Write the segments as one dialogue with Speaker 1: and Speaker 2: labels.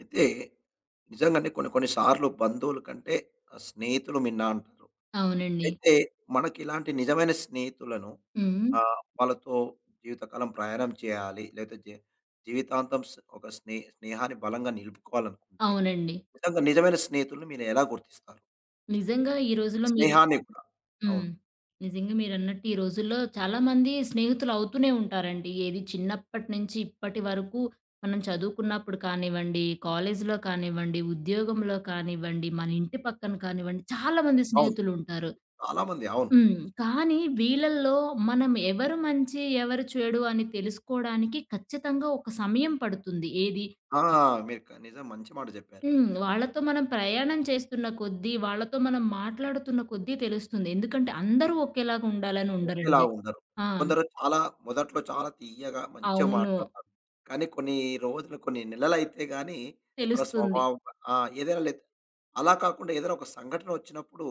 Speaker 1: అయితే నిజంగానే కొన్ని కొన్ని సార్లు బంధువుల కంటే స్నేహితులు మిన్న అంటారు.
Speaker 2: అవునండి.
Speaker 1: అయితే మనకిలాంటి నిజమైన స్నేహితులను
Speaker 2: హ్మ్.
Speaker 1: వాళ్ళతో జీవితకాలం ప్రయాణం చేయాలి. లేకపోతే జీవితాంతం ఒక స్నేహాన్ని బలంగా నిలుపుకోవాలనుకుంటే
Speaker 2: అవునండి.
Speaker 1: నిజంగా నిజమైన స్నేహితులను మీరు ఎలా గుర్తిస్తారు?
Speaker 2: నిజంగా ఈ రోజుల్లో మీరు
Speaker 1: స్నేహాన్ని కూడా.
Speaker 2: హ్మ్.
Speaker 1: అవును.
Speaker 2: నిజంగా మీరన్నట్టు ఈ రోజుల్లో చాలామంది స్నేహితులవుతూనే ఉంటారండి. ఏది చిన్నప్పటి నుంచి ఇప్పటి వరకు మనం చదువుకున్నప్పుడు కానివ్వండి, కాలేజీలో కానివ్వండి, ఉద్యోగంలో కానివ్వండి, మన ఇంటి పక్కన కానివ్వండి, చాలామంది
Speaker 1: అవును.
Speaker 2: స్నేహితులుంటారు.
Speaker 1: చాలా మంది. అవును.
Speaker 2: హ్మ్. కానీ వీళ్ళల్లో మనం ఎవరు మంచి, ఎవరు చెడు అని తెలుసుకోవడానికి ఖచ్చితంగా ఒక సమయం పడుతుంది. ఏది
Speaker 1: ఆ! మీరు నిజం మంచి మాట చెప్పారు.
Speaker 2: హ్మ్. వాళ్ళతో మనం ప్రయాణం చేస్తున్న కొద్దీ, వాళ్ళతో మనం మాట్లాడుతున్న కొద్దీ తెలుస్తుంది. ఎందుకంటే అందరూ ఒకేలాగా ఉండాలని
Speaker 1: ఒకేలా
Speaker 2: ఉండరండి.
Speaker 1: ఉండరు.
Speaker 2: ఆ!
Speaker 1: కొందరు చాలా మొదట్లో చాలా తియ్యగా మంచిగా
Speaker 2: అవును.
Speaker 1: మాట్లాడతారు. కానీ కొన్ని రోజులు, కొన్ని నెలలైతే గాని వాళ్ళ
Speaker 2: తెలుస్తుంది.
Speaker 1: స్వభావం ఆ! ఏదైనా లేదు. అలా కాకుండా ఏదైనా ఒక సంఘటన వచ్చినప్పుడు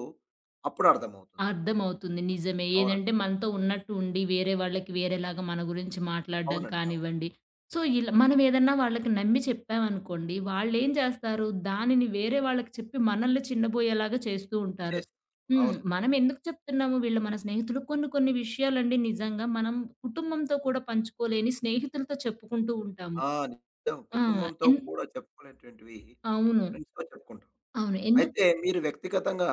Speaker 1: అప్పుడు అర్థమవుతుంది.
Speaker 2: అర్థమవుతుంది. నిజమే.
Speaker 1: అవునండి.
Speaker 2: ఏదంటే మనతో ఉన్నట్టు ఉండి, వేరే వాళ్ళకి వేరేలాగా మన గురించి మాట్లాడడం
Speaker 1: అవునండి. అవును.
Speaker 2: కానివ్వండి. సో, ఇలా మనం ఏదన్నా వాళ్ళకి నమ్మి చెప్పామనుకోండి, వాళ్ళేం చేస్తారు, దానిని వేరే వాళ్ళకి చెప్పి మనల్ని చిన్నబోయేలాగా చేస్తూ ఉంటారు.
Speaker 1: చేస్తారు.
Speaker 2: హ్మ్.
Speaker 1: అవును.
Speaker 2: మనం ఎందుకు చెప్తున్నాము, వీళ్ళు మన స్నేహితులు కొన్ని కొన్ని విషయాలండి నిజంగా మనం కుటుంబంతో కూడా పంచుకోలేని స్నేహితులతో చెప్పుకుంటూ ఉంటాము.
Speaker 1: ఆ! నిజం.
Speaker 2: ఆ!
Speaker 1: కుటుంబంతో
Speaker 2: ఎన్
Speaker 1: కూడా చెప్పుకునేటువంటివి
Speaker 2: అవును.
Speaker 1: ఫ్రెండ్స్‌తో చెప్పుకుంటాం.
Speaker 2: అవును. ఎందుకు
Speaker 1: అయితే మీరు వ్యక్తిగతంగా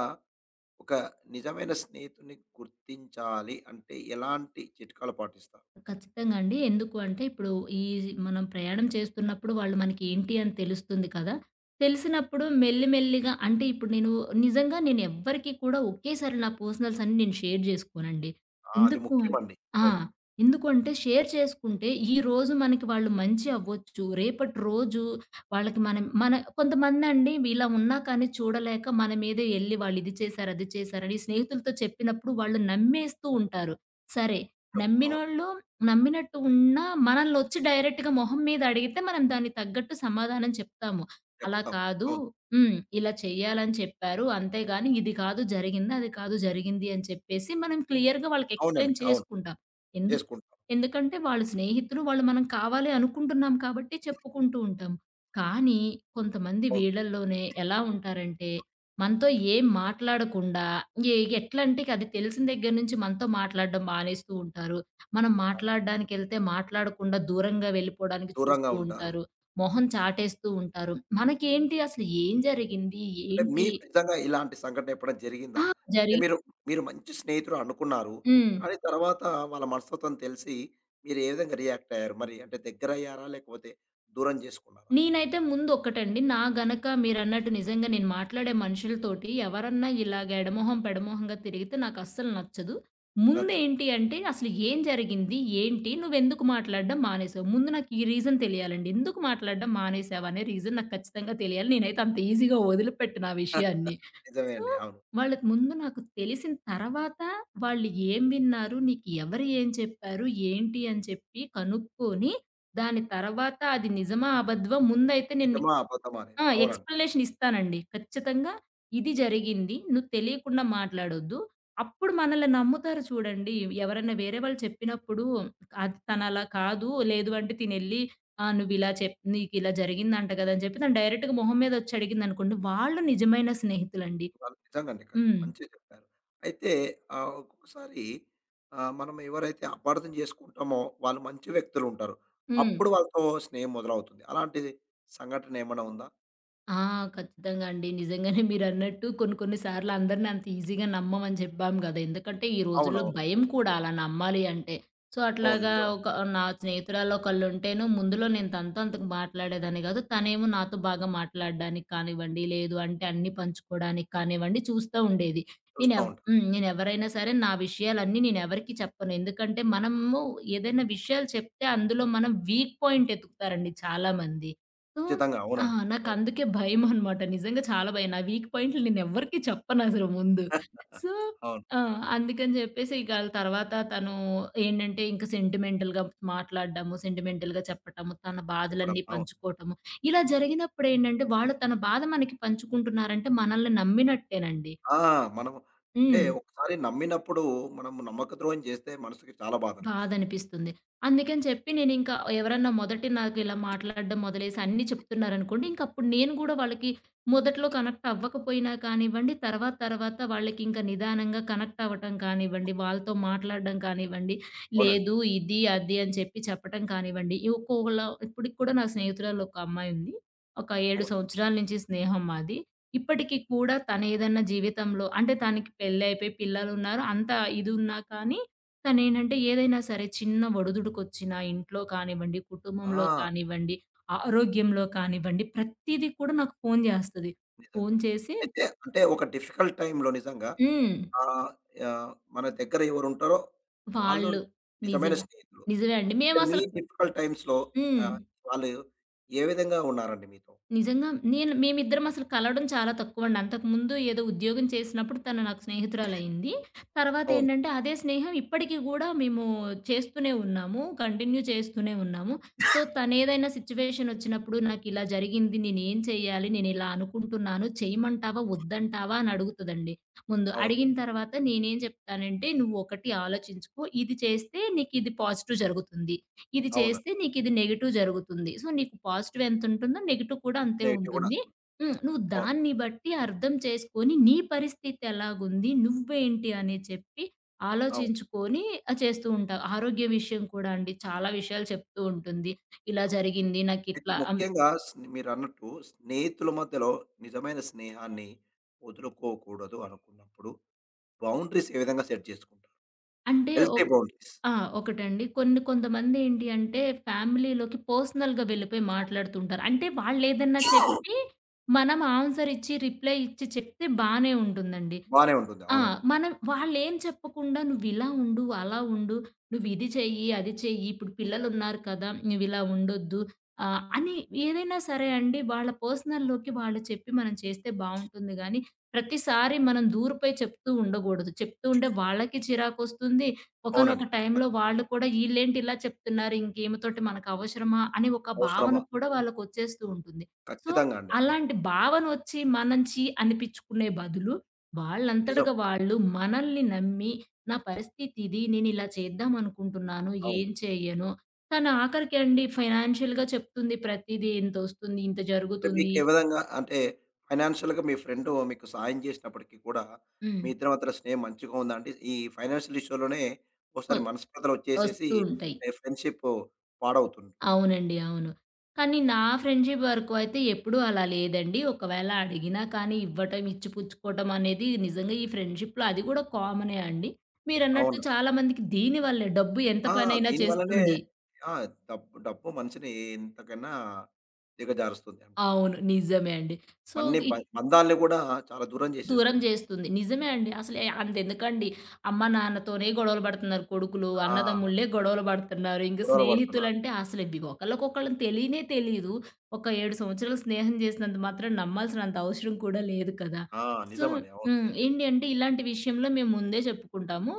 Speaker 1: ఒక నిజమైన స్నేహితుడిని గుర్తించాలి అంటే ఎలాంటి చిట్కాలు పాటిస్తారు?
Speaker 2: ఖచ్చితంగా అండి. ఎందుకు అంటే ఇప్పుడు ఈ మనం ప్రయాణం చేస్తున్నప్పుడు వాళ్ళు మనకి ఏంటి అని తెలుస్తుంది కదా! తెలిసినప్పుడు మెల్లి మెల్లిగా అంటే ఇప్పుడు నిజంగా నేను ఎవ్వరికీ కూడా ఒకేసారి నా పర్సనల్స్ అన్నీ నేను షేర్ జేసుకోనండి.
Speaker 1: ఆ! అది
Speaker 2: ఎందుకు అన్
Speaker 1: ముఖ్యమండి.
Speaker 2: ఆ!
Speaker 1: అవును.
Speaker 2: ఎందుకు అంటే షేర్ చేసుకుంటే ఈరోజు మనకి వాళ్ళు మంచి అవ్వచ్చు. రేపటి రోజు వాళ్ళకి మనం కొంతమందండి ఇలా ఉన్నా కానీ చూడలేక మన మీదే ఎళ్లి వాళ్ళు ఇది చేశారు, అది చేశారని స్నేహితులతో చెప్పినప్పుడు వాళ్ళు నమ్మేస్తూ ఉంటారు. సరే
Speaker 1: ముఖ్యం. అవును.
Speaker 2: నమ్మినోళ్ళు నమ్మినట్టు ఉన్నా మనల్నొచ్చి డైరెక్ట్‌గా మొహం మీద అడిగితే మనం దానికి తగ్గట్టు సమాధానం చెప్తాము. అలా
Speaker 1: చెప్తాం.
Speaker 2: కాదు
Speaker 1: అవును.
Speaker 2: హ్మ్. ఇలా చెయ్యాలని చెప్పారు. అంతేగాని ఇది కాదు జరిగింది, అది కాదు జరిగింది అని చెప్పేసి మనం క్లియర్‌గా వాళ్ళకి
Speaker 1: అవునండి.
Speaker 2: ఎక్స్‌ప్లెయిన్
Speaker 1: అవును.
Speaker 2: చేసుకుంటాం. ఎందుకు
Speaker 1: చేసుకుంటాం.
Speaker 2: ఎందుకంటే వాళ్ళు స్నేహితులు. వాళ్ళు మనం కావాలి అనుకుంటున్నాం కాబట్టి చెప్పుకుంటూ ఉంటాం. కానీ కొంతమంది
Speaker 1: అవును.
Speaker 2: వీళ్ళల్లోనే ఎలా ఉంటారంటే మనతో ఏం మాట్లాడకుండా ఎట్లంటే అది తెలిసిన దగ్గర నుంచి మనతో మాట్లాడడం మానేస్తూ ఉంటారు. మనం
Speaker 1: పాటిస్తుంటాం.
Speaker 2: మాట్లాడడానికెళ్తే మాట్లాడకుండా దూరంగా వెళ్ళిపోవడానికి
Speaker 1: దూరంగా
Speaker 2: చూస్తూ
Speaker 1: ఉంటారు.
Speaker 2: ఉంటారు. మొహం చాటేస్తూ ఉంటారు. మనకేంటి అసలు ఏం జరిగింది?
Speaker 1: అంటే
Speaker 2: ఏంటి?
Speaker 1: మీకు నిజంగా ఇలాంటి సంఘటన ఎప్పుడైనా జరిగిందా?
Speaker 2: ఆ!
Speaker 1: అంటే
Speaker 2: జరిగి
Speaker 1: మీరు మంచి స్నేహితుడు అనుకున్నారు.
Speaker 2: హ్మ్.
Speaker 1: కానీ తర్వాత వాళ్ళ మనస్తత్వం తెలిసి మీరు ఏ విధంగా రియాక్ట్ అయ్యారు? మరి అంటే దగ్గరయ్యారా? లేకపోతే దూరం చేసుకున్నారా?
Speaker 2: నేనైతే ముందు ఒక్కటండి. నా గనక మీరన్నట్టు నిజంగా నేను మాట్లాడే మనుషులతోటి ఎవరన్నా ఇలాగ ఎడమొహం, పెడమొహంగా తిరిగితే నాకస్సలు నచ్చదు.
Speaker 1: నచ్చదు.
Speaker 2: ముందేంటి అంటే అసలు ఏం జరిగింది? ఏంటి? నువ్వెందుకు మాట్లాడడం మానేసావు? ముందు నాకు ఈ రీజన్ తెలియాలండి. ఎందుకు మాట్లాడడం మానేసావు అనే రీజన్ నాకు ఖచ్చితంగా తెలియాలి. నేనైతే అంత ఈజీగా వదిలిపెట్టను ఆ విషయాన్ని.
Speaker 1: నిజమే
Speaker 2: సో,
Speaker 1: అండి. అవును.
Speaker 2: వాళ్ళకి ముందు నాకు తెలిసిన తర్వాత వాళ్ళు ఏం విన్నారు, నీకు ఎవరు ఏం చెప్పారు, ఏంటి అని చెప్పి కనుక్కొని, దాని తర్వాత అది నిజమా, అబద్ధమా ముందైతే నేను నీ
Speaker 1: నిజమా? అబద్ధమా అనేది.
Speaker 2: ఆ!
Speaker 1: అవునండి.
Speaker 2: ఎక్స్‌ప్లనేషన్ ఇస్తానండి. ఖచ్చితంగా ఇది జరిగింది. నువ్వు తెలియకుండా మాట్లాడొద్దు. అప్పుడు మనల్ని నమ్ముతారు చూడండి. ఎవరైనా వేరే వాళ్ళు చెప్పినప్పుడు అది తనలా కాదు. లేదు అంటే తినెళ్లి నువ్విలా నీకిలా జరిగిందంట కదా! అని చెప్పి తను డైరెక్ట్‌గా మొహం మీద వచ్చి అడిగిందనుకోండి, వాళ్ళు నిజమైన స్నేహితులండి.
Speaker 1: వాళ్ళు నిజంగండి.
Speaker 2: హ్మ్.
Speaker 1: మంచిగా చెప్పారు. అయితే ఒక్కొక్కసారి మనం ఎవరైతే అపార్థం చేసుకుంటామో వాళ్ళు మంచి వ్యక్తులుంటారు.
Speaker 2: హ్మ్.
Speaker 1: అప్పుడు వాళ్ళతో స్నేహం మొదలవుతుంది. అలాంటిది సంఘటన ఏమైనా ఉందా?
Speaker 2: ఆ! ఖచ్చితంగా అండి. నిజంగానే మీరన్నట్టు కొన్ని కొన్ని సార్లు అందరిని అంత ఈజీగా నమ్మమని చెప్పాం గదా! ఎందుకంటే ఈ రోజుల్లో
Speaker 1: అవునవును.
Speaker 2: భయం కూడా అలా నమ్మాలి అంటే. సో,
Speaker 1: అవును.
Speaker 2: అట్లాగా
Speaker 1: నిజమండి.
Speaker 2: ఒక నా స్నేహితురాలు ఒకళ్ళుంటేను ముందులో నేను తనతో అంతగా మాట్లాడేదాన్ని గాదు. తనేమో నాతో బాగా మాట్లాడడానికి కానివ్వండి, లేదు అంటే అన్నీ పంచుకోవడానికి కానివ్వండి చూస్తా ఉండేది.
Speaker 1: చూస్తా ఉంటాం.
Speaker 2: హ్మ్. నేనెవరైనా సరే నా విషయాలన్నీ నేనెవరికీ చెప్పను. ఎందుకంటే మనము ఏదైనా విషయాలు చెప్తే అందులో మనం వీక్ పాయింట్ ఎతుకుతారండి చాలామంది. సో
Speaker 1: ఖచ్చితంగా.
Speaker 2: ఆ!
Speaker 1: అవునండి. అవును.
Speaker 2: నాకందుకే భయమనమాట. నిజంగా చాలా భయం. నా వీక్ పాయింట్లు నేనెవ్వరికీ చెప్పనసలు ముందు. సో,
Speaker 1: అవును.
Speaker 2: ఆ! అందుకని జెప్పేసి ఇక తర్వాత తను ఏంటంటే, ఇంక సెంటిమెంటల్‌గా మాట్లాడడము, సెంటిమెంటల్‌గా చెప్పటము, తన
Speaker 1: చెప్పడం.
Speaker 2: బాధలన్నీ
Speaker 1: అవును.
Speaker 2: పంచుకోవటము. ఇలా జరిగినప్పుడేంటంటే, వాళ్ళు తన బాధ మనకి పంచుకుంటున్నారంటే మనల్ని నమ్మినట్టేనండి.
Speaker 1: ఆ! మనం అంటే
Speaker 2: హ్మ్.
Speaker 1: ఒకసారి నమ్మినప్పుడు మనం నమ్మక ద్రోహం చేస్తే మనసుకి చాలా బాధనిపిస్తుంది.
Speaker 2: బాధనిపిస్తుంది. అందుకని చెప్పి నేనింకా ఎవరన్నా మొదటి నాకిలా మాట్లాడడం మొదలేసి అన్నీ చెప్తున్నారనుకోండి, ఇంకప్పుడు నేను గూడా వాళ్ళకి మొదట్లో కనెక్ట్ అవ్వకపోయినా కానివ్వండి, తర్వాత తర్వాత వాళ్ళకింక నిదానంగా కనెక్ట్ అవ్వటం కానివ్వండి, వాళ్ళతో మాట్లాడడం కానివ్వండి, లేదు
Speaker 1: అవునండి.
Speaker 2: ఇది, అది అని చెప్పి చెప్పటం కానివ్వండి. ఇప్పటికి కూడా నా స్నేహితురాల్లో ఒక అమ్మాయి ఉంది. ఒక 7
Speaker 1: అవును.
Speaker 2: సంవత్సరాల నుంచి స్నేహం మాది. ఇప్పటికి కూడా తనేదన్నా జీవితంలో అంటే తనకి పెళ్లయిపోయి పిల్లలున్నారు. అంతా ఇదున్నా కానీ కానేంటంటే ఏదైనా సరే చిన్న ఒడిదుడుకొచ్చినా ఇంట్లో కానివ్వండి, కుటుంబంలో
Speaker 1: ఆ!
Speaker 2: కానివ్వండి, ఆరోగ్యంలో కానివ్వండి ప్రతీదీ కూడా నాకు ఫోను జేస్తది.
Speaker 1: నిజంగా.
Speaker 2: ఫోను చేసి
Speaker 1: అయితే అంటే ఒక డిఫికల్ట్ టైమ్‌లో నిజంగా
Speaker 2: హ్మ్.
Speaker 1: ఆ! యాహ్! మన దగ్గర ఎవరుంటారో వాళ్ళు
Speaker 2: వాళ్ళు
Speaker 1: నిజమైన
Speaker 2: నిజమే.
Speaker 1: స్నేహితులు.
Speaker 2: నిజమే అండి.
Speaker 1: అంటే మీ
Speaker 2: మేమసలు
Speaker 1: డిఫికల్ట్ టైమ్స్‌లో ఈ
Speaker 2: హ్మ్.
Speaker 1: వాళ్ళు ఏ విధంగా ఉన్నారండి మీతో?
Speaker 2: నిజంగా మేమిద్దరం అసలు కలవడం చాలా తక్కువండి. అంతకుముందు ఏదో ఉద్యోగం చేసినప్పుడు తను నాకు స్నేహితురాలయింది.
Speaker 1: అవును.
Speaker 2: తర్వాతేంటంటే అదే స్నేహం ఇప్పటికి గూడా మేము చేస్తూనే ఉన్నాము. కంటిన్యూ చేస్తూనే ఉన్నాము. సో, తనేదైనా సిట్యుయేషన్ ఒచ్చినప్పుడు నాకిలా జరిగింది. నేనేం చేయాలి? నేనిలా అనుకుంటున్నాను. చేయమంటావా? వద్దంటావా? అని అడుగుతదండి. ముందు
Speaker 1: అవును.
Speaker 2: అడిగిన తర్వాత నేనేం చెప్తానంటే, "నువ్వు ఒకటి ఆలోచించుకో. ఇది చేస్తే నీకిది పాజిటివ్ జరుగుతుంది. ఇది
Speaker 1: అవును.
Speaker 2: చేస్తే నీకిది నెగెటివ్ జరుగుతుంది. సో, నీకు పాజిటివ్ ఎంతుంటుందో నెగెటివ్ కూడా అంతే
Speaker 1: నెగెటివ్ కూడా
Speaker 2: ఉంటుంది.
Speaker 1: అనుకోను.
Speaker 2: హ్మ్. నువ్వు
Speaker 1: అవును.
Speaker 2: దాన్ని బట్టి అర్థం చేసుకొని నీ పరిస్థితి ఎలాగుంది? నువ్వేంటి అని చెప్పి
Speaker 1: అవును.
Speaker 2: ఆలోచించుకొని చేస్తూ ఉంటావు. ఆరోగ్య విషయం కూడా అండి. చాలా విషయాలు చెప్తూ ఉంటుంది. ఇలా
Speaker 1: అవును.
Speaker 2: జరిగింది
Speaker 1: అయితే
Speaker 2: నాకిట్లా అం
Speaker 1: ముఖ్యంగా మీరన్నట్టు స్నేహితుల మధ్యలో నిజమైన స్నేహాన్ని వదులుకోకూడదు అనుకున్నప్పుడు బౌండరీస్ ఏ విధంగా సెట్ చేసుకుంటారు?
Speaker 2: అంటే
Speaker 1: హెల్తీ బౌండరీస్.
Speaker 2: ఆ! ఒకటండి. కొన్ని కొంతమందేంటి అంటే ఫ్యామిలీలోకి పర్సనల్‌గా వెళ్ళిపోయి మాట్లాడుతుంటారు. అంటే వాళ్ళేదన్నా చెప్పి మనం ఆన్సర్ ఇచ్చి రిప్లై ఇచ్చి చెప్తే బానే ఉంటుందండి.
Speaker 1: బానే ఉంటుంది.
Speaker 2: ఆ!
Speaker 1: అవునండి.
Speaker 2: మనం వాళ్ళేం చెప్పకుండా నువ్విలా ఉండు, అలా ఉండు, నువ్విది చెయ్యి, అది చెయ్యి, ఇప్పుడు పిల్లలున్నారు కదా! నువ్విలా ఉండొద్దు అని ఏదైనా సరే అండి వాళ్ళ పర్సనల్‌లోకి వాళ్ళు చెప్పి మనం చేస్తే బావుంటుంది గానీ, ప్రతిసారి మనం దూరపై చెప్తూ ఉండకూడదు. చెప్తూ ఉంటే వాళ్ళకి చిరాకొస్తుంది.
Speaker 1: అవునండి.
Speaker 2: ఒకానొక
Speaker 1: ఖచ్చితంగా.
Speaker 2: టైంలో వాళ్ళు కూడా ఈళ్ళేంటి ఇలా చెప్తున్నారు, ఇంకేమెతోటి మనకవసరమా అని ఒక భావన
Speaker 1: అవసరమా?
Speaker 2: కూడా వాళ్ళకొచ్చేస్తూ ఉంటుంది. సో,
Speaker 1: ఖచ్చితంగా అండి. అవును.
Speaker 2: అలాంటి భావనొచ్చి మనం ఛీ అనిపిచ్చుకునే బదులు
Speaker 1: నిజం.
Speaker 2: వాళ్ళంతటగా వాళ్ళు మనల్ని నమ్మి, నా పరిస్థితి ఇది. నేనిలా చేద్దాం అనుకుంటున్నాను.
Speaker 1: అవును.
Speaker 2: ఏం చేయను? కానీ ఆఖరికి అండి ఫైనాన్షియల్‌గా చెప్తుంది ప్రతీదీ. ఇంతొస్తుంది, ఇంత
Speaker 1: అంటే మీకు
Speaker 2: జరుగుతుంది.
Speaker 1: ఏ విధంగా అంటే ఫైనాన్షియల్‌గా మీ ఫ్రెండు మీకు సాయం చేసినప్పటికి కూడా,
Speaker 2: హ్మ్.
Speaker 1: మీ ఇద్దరి మధ్యల స్నేహం మంచిగా ఉందా? అంటే ఈ ఫైనాన్షియల్ ఇష్యూలోనే
Speaker 2: కొ
Speaker 1: ఓసారి మనస్పర్ధలు వచ్చేసేసి
Speaker 2: వస్తూ ఉంటాయి.
Speaker 1: ఫ్రెండ్‌షిప్ పాడవుతుంది.
Speaker 2: అవునండి. అవును. కానీ నా ఫ్రెండ్‌షిప్ వరకు అయితే ఎప్పుడూ అలా లేదండి. ఒకవేళ అడిగినా కానీ ఇవ్వటం, ఇచ్చిపుచ్చుకోవటం అనేది నిజంగా ఈ ఫ్రెండ్షిప్‌లో అది కూడా కామనే అండి. మీరన్నట్టు
Speaker 1: అవును.
Speaker 2: చాలా మందికి దీని వల్లే డబ్బు ఎంత
Speaker 1: ఆ!
Speaker 2: పనైనా
Speaker 1: దీనివల్లనే
Speaker 2: చేస్తుంది.
Speaker 1: ఆ! డబ్బు డబ్బు మనిషిని ఎంతకన్నా దిగజారుస్తుంది అంటారు.
Speaker 2: అవును. నిజమే అండి. సో ఇ
Speaker 1: బంధాల్ని కూడా చాలా దూరం
Speaker 2: దూరం
Speaker 1: చేసేస్తుంది.
Speaker 2: జేస్తుంది. నిజమే అండి. అసలు అంతెందుకండి. అమ్మ, నాన్నతోనే గొడవలు పడుతున్నారు కొడుకులు.
Speaker 1: ఆ!
Speaker 2: అన్నదమ్ముళ్ళే గొడవలు పడుతున్నారు. ఇంక
Speaker 1: గొడవలు పడుతున్నారు.
Speaker 2: స్నేహితులంటే అసలు ఇవి ఒకళ్ళకొకళ్ళని తెలీనే తెలీదు. ఒక 7 సంవత్సరాలు స్నేహం జేసినంత మాత్రం నమ్మాల్సినంత అవసరం కూడా లేదు కదా!
Speaker 1: ఆ!
Speaker 2: సో
Speaker 1: నిజమండి. అవును.
Speaker 2: హ్మ్. ఏంటి అంటే ఇలాంటి విషయంలో మేము ముందే చెప్పుకుంటాము.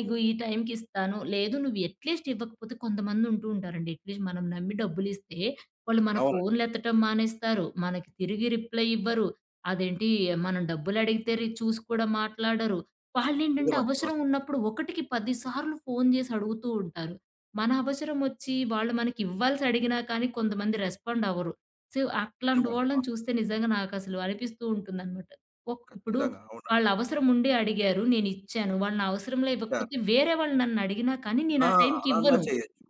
Speaker 2: ఇగో ఈ టైంకిస్తాను. లేదు నువ్వు అట్‌లీస్ట్ ఇవ్వకపోతే కొంతమందుంటూ ఉంటారండి. అట్‌లీస్ట్ మనం నమ్మి డబ్బులిస్తే వాళ్ళు మన
Speaker 1: అవునండి.
Speaker 2: ఫోన్‌లెత్తటం మానేస్తారు. మనకి తిరిగి రిప్లై ఇవ్వరు. అదేంటి మనం డబ్బులడిగితే చూసి కూడా మాట్లాడరు. వాళ్ళేంటంటే
Speaker 1: నిజమండి.
Speaker 2: అవసరం
Speaker 1: వాస్తవం.
Speaker 2: ఉన్నప్పుడు ఒకటికి 10 సార్లు ఫోను జేసి అడుగుతూ ఉంటారు. మన అవసరమొచ్చి వాళ్ళు మనకివ్వాల్సి అడిగినా కానీ కొంతమంది రెస్పాండ్ అవ్వరు. సో, అట్లాంటి
Speaker 1: నిజమండి.
Speaker 2: వాళ్ళని
Speaker 1: వాస్తవం.
Speaker 2: చూస్తే నిజంగా నాకసలు అనిపిస్తూ ఉంటుందనమాట. ఇప్పుడు
Speaker 1: ఖచ్చితంగా.
Speaker 2: వాళ్ళ
Speaker 1: అవునండి.
Speaker 2: అవసరం ఉండి అడిగారు. నేనిచ్చాను. వాళ్ళు నా అవసరంలో
Speaker 1: ఇచ్చా
Speaker 2: ఇవ్వకపోతే వేరే వాళ్ళు నన్నడిగినా కానీ నేను
Speaker 1: ఆ!
Speaker 2: ఆ టైంకి
Speaker 1: అలన్నా
Speaker 2: ఇవ్వను.
Speaker 1: చేయొచ్చు.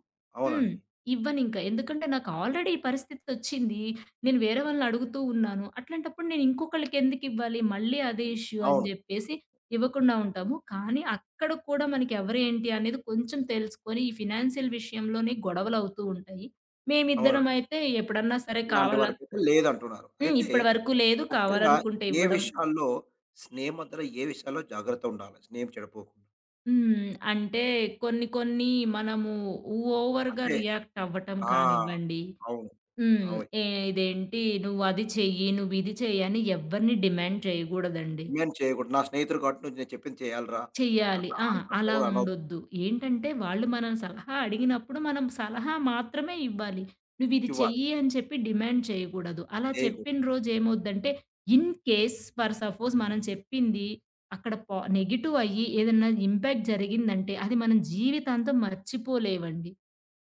Speaker 2: హ్మ్.
Speaker 1: అవునండి.
Speaker 2: ఇవ్వనింక. ఎందుకంటే నాకు ఆల్రెడీ ఈ పరిస్థితొచ్చింది. నేను వేరే వాళ్ళని అడుగుతూ ఉన్నాను. అట్లాంటప్పుడు నేను ఇంకొకళ్ళకెందుకివ్వాలి? మళ్ళీ అదే ఇష్యూ అని
Speaker 1: అవును.
Speaker 2: జెప్పేసి ఇవ్వకుండా ఉంటాము. కానీ అక్కడ కూడా మనకి ఎవరేంటి అనేది కొంచెం తెలుసుకొని ఈ ఫినాన్షియల్ విషయంలోనే గొడవలవుతూ ఉంటాయి.
Speaker 1: అవునండి.
Speaker 2: మేమిద్దరమయితే ఎప్పుడన్నా సరే
Speaker 1: ఇలాంటి
Speaker 2: కావాలన్
Speaker 1: వారికైతే లేదంటున్నారు.
Speaker 2: హ్మ్.
Speaker 1: అయితే
Speaker 2: ఇప్పటి వరకు లేదు.
Speaker 1: ముఖ్యంగా
Speaker 2: కావాలనుకుంటే
Speaker 1: ఏ
Speaker 2: ఇవ్వడం.
Speaker 1: విషయాల్లో స్నేహం మధ్యల ఏ విషయాల్లో జాగ్రత్త ఉండాలి? స్నేహం చెడిపోకుండా.
Speaker 2: హ్మ్. అంటే కొన్ని కొన్ని మనము ఓవర్‌గా
Speaker 1: అంటే
Speaker 2: రియాక్ట్ అవ్వటం
Speaker 1: ఆ!
Speaker 2: కానివ్వండి.
Speaker 1: అవును.
Speaker 2: హ్మ్.
Speaker 1: అవును.
Speaker 2: ఏ ఇదేంటి నువ్వది చెయ్యి, నువ్విది చెయ్యి అని ఎవ్వరిని డిమాండ్ చేయగూడదండి.
Speaker 1: డిమాండ్ చేయకూడదు. నా స్నేహితుడు కాబట్టి నువ్వు నేను చెప్పింది చేయాలిరా.
Speaker 2: చెయ్యాలి.
Speaker 1: అట్లా
Speaker 2: అహా!
Speaker 1: అట్లా
Speaker 2: అలా
Speaker 1: కూడా అనొద్దు.
Speaker 2: ఉండొద్దు. ఏంటంటే వాళ్ళు మనం సలహా అడిగినప్పుడు మనం సలహా మాత్రమే ఇవ్వాలి. నువ్విది
Speaker 1: ఇవ్వాలి.
Speaker 2: చెయ్యి అని చెప్పి డిమాండ్ చేయగూడదు. అలా
Speaker 1: చేయకూడదు.
Speaker 2: చెప్పిన రోజు ఏమవుద్దంటే ఇన్ కేస్ ఫర్ సపోజ్ మనం చెప్పింది అక్కడ నెగెటివ్ అయ్యి ఏదన్నా ఇంపాక్ట్ జరిగిందంటే అది మనం జీవితాంతం మర్చిపోలేవండి.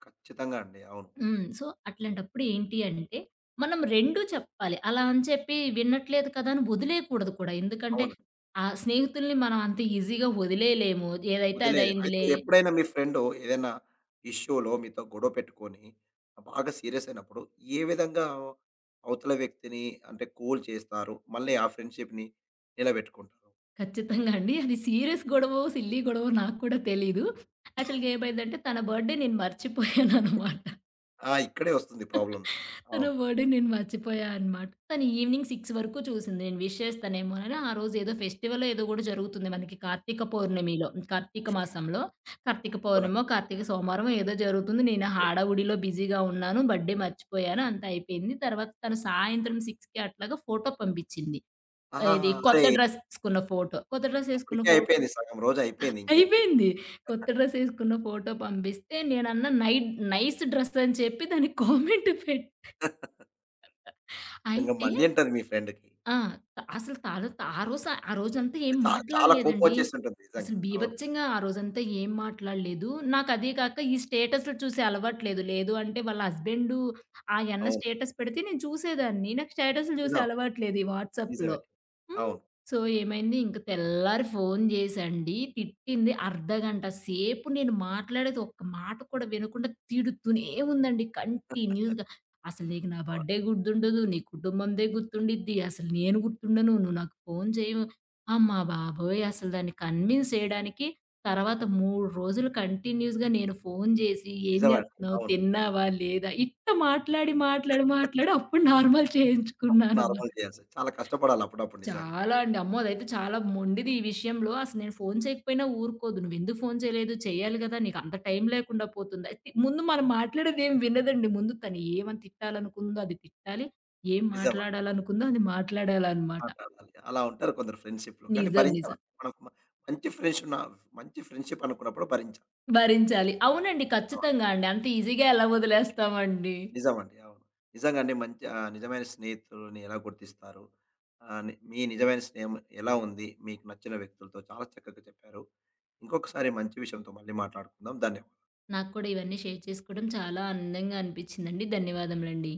Speaker 1: ఖచ్చితంగా అండి. అవును.
Speaker 2: హ్మ్. సో, అట్లాంటప్పుడు ఏంటి అంటే, మనం 2 చెప్పాలి. అలా అని చెప్పి వినట్లేదు కదా! అని వదిలేయకూడదు కూడా. ఎందుకంటే,
Speaker 1: అవును.
Speaker 2: ఆ స్నేహితుల్ని మనం అంత ఈజీగా వదిలేయలేము. ఏదైతే
Speaker 1: వదిలేదు. అయితే
Speaker 2: అదయిందిలే.
Speaker 1: ఎప్పుడైనా మీ ఫ్రెండు ఏదైనా ఇష్యూలో మీతో గొడవ పెట్టుకొని, బాగా సీరియస్ అయినప్పుడు ఏ విధంగా అవతల వ్యక్తిని అంటే కూల్ చేస్తారు? మళ్ళీ ఆ ఫ్రెండ్‌షిప్‌ని నిలబెట్టుకుంటారు?
Speaker 2: ఖచ్చితంగా అండి. అది సీరియస్ గొడవో, సిల్లీ గొడవో నాకు కూడా తెలీదు. యాక్చువల్‌గా ఏమైందంటే, తన బర్త్‌డే నేను మర్చిపోయాననమాట.
Speaker 1: ఆ! ఇక్కడే వస్తుంది ప్రాబ్లమ్స్.
Speaker 2: తన
Speaker 1: అవును.
Speaker 2: బర్త్‌డే నేను మర్చిపోయా అనమాట. తను ఈవినింగ్ 6 వరకు చూసింది. నేను విష్ చేస్తానేమోనని. ఆ రోజు ఏదో ఫెస్టివలో ఏదో గూడా జరుగుతుంది మనకి కార్తీక పౌర్ణమిలో. కార్తీక మాసంలో కార్తీక
Speaker 1: అవునండి.
Speaker 2: పౌర్ణమో, కార్తీక సోమవారమో ఏదో జరుగుతుంది. నేను హడావుడిలో బిజీగా ఉన్నాను. బర్త్‌డే మర్చిపోయాను. అంతా అయిపోయింది. తర్వాత తను సాయంత్రం 6కి అట్లాగా ఫోటో పంపించింది.
Speaker 1: ఆహా!
Speaker 2: ఇది
Speaker 1: అరే!
Speaker 2: కొత్త డ్రెస్ ఏసుకున్న ఫోటో.
Speaker 1: అప్పటికే అయిపోయింది. సగం రోజు అయిపోయింది ఇంకేంటి?
Speaker 2: అయిపోయింది. కొత్త డ్రెస్ ఏసుకున్న ఫోటో పంపిస్తే నేనన్నా నైస్ డ్రెస్ అని చెప్పి దానికి కామెంట్ పెట్
Speaker 1: ఇంగ
Speaker 2: అయితే
Speaker 1: మండింటది మీ ఫ్రెండ్‌కి.
Speaker 2: ఆ! అసలు తాలో ఆ రోజు ఆ రోజంతా ఏం
Speaker 1: చాలా
Speaker 2: మాట్లాడలేదండి.
Speaker 1: కోపమొచ్చేసి ఉంటుంది నిజంగా.
Speaker 2: అసలు
Speaker 1: అవును.
Speaker 2: బీభత్సంగా ఆ రోజంతా ఏం మాట్లాడలేదు. నాకదే కాక ఈ స్టేటస్‌లు చూసే అలవాటు లేదు. లేదు అంటే వాళ్ళ హస్బెండు ఆయన్న
Speaker 1: అవును.
Speaker 2: స్టేటస్ పెడితే నేను చూసేదాన్ని. నాకు స్టేటస్‌లు చూసే
Speaker 1: నిజం.
Speaker 2: అలవాటు లేదు ఈ వాట్సాప్‌లో.
Speaker 1: నిజమే.
Speaker 2: హ్మ్.
Speaker 1: అవును.
Speaker 2: సో, ఏమైంది ఇంక తెల్లారి ఫోను జేసండి. తిట్టింది అర్ధగంట సేపు నేను మాట్లాడేది ఒక్క మాట కూడా వినకుండా తిడుతూనే ఉందండి. కంటిన్యూస్‌గా. అసలు నీకు నా
Speaker 1: అవును.
Speaker 2: బర్త్‌డే గుర్తుండదు. నీ కుటుంబందే గుర్తుండిద్ది. అసలు నేను గుర్తుండను. నువ్వు నాకు ఫోను చేయవు. అమ్మ బాబోయ్! అసలు దాన్ని కన్విన్స్ చేయడానికి తర్వాత 3 రోజులు కంటిన్యూస్‌గా నేను ఫోను చేసి, "ఏం
Speaker 1: నిజమండి.
Speaker 2: చేస్తున్నావు?
Speaker 1: అవును.
Speaker 2: తిన్నావా? లేదా?" ఇట్ట మాట్లాడి, మాట్లాడి, మాట్లాడి అప్పుడు నార్మల్
Speaker 1: అప్పుడు
Speaker 2: చేయించుకున్నాను.
Speaker 1: నార్మల్ చేయాల్సి చాలా కష్టపడాలి అప్పుడప్పుడు నిజంగా.
Speaker 2: చాలా అండి. అమ్మో! అదైతే చాలా మొండిది ఈ విషయంలో. అసలు నేను ఫోను చేయకపోయినా ఊరుకోదు. "నువ్వెందుకు ఫోను చేయలేదు? చెయ్యాలి గదా! నీకంత టైం లేకుండా పోతుంది." అయితే ముందు మనం మాట్లాడేదేం వినదండి. ముందు తను ఏమని తిట్టాలనుకుందో అది తిట్టాలి. ఏం
Speaker 1: నిజమండి. అవును.
Speaker 2: మాట్లాడాలనుకుందో అది మాట్లాడాలనమాట.
Speaker 1: మాట్లాడాలి. అలా ఉంటారు కొందరు ఫ్రెండ్‌షిప్‌లో. కానీ
Speaker 2: నిజం.
Speaker 1: భరించాల.
Speaker 2: నిజం.
Speaker 1: మనకు మంచి ఫ్రెండ్స్ ఉన్న మంచి ఫ్రెండ్‌షిప్ అనుకున్నప్పుడు భరించాలి.
Speaker 2: భరించాలి. అవునండి.
Speaker 1: అవును.
Speaker 2: ఖచ్చితంగా అండి. అంత ఈజీగా ఎలా వదిలేస్తామండి.
Speaker 1: నిజమండి. అవును. నిజంగా అండి. మంచి నిజమైన స్నేహితులని ఎలా గుర్తిస్తారు? ఆహ్, ని మీ నిజమైన స్నేహం ఎలా ఉంది? మీకు నచ్చిన వ్యక్తులతో చాలా చక్కగా చెప్పారు. ఇంకొకసారి మంచి విషయంతో మళ్ళీ మాట్లాడుకుందాం. ధన్యవాదాలు.
Speaker 2: నాకు కూడా ఇవన్నీ షేర్ చేసుకోవడం చాలా ఆనందంగా అనిపిచ్చిందండి. ధన్యవాదములండి.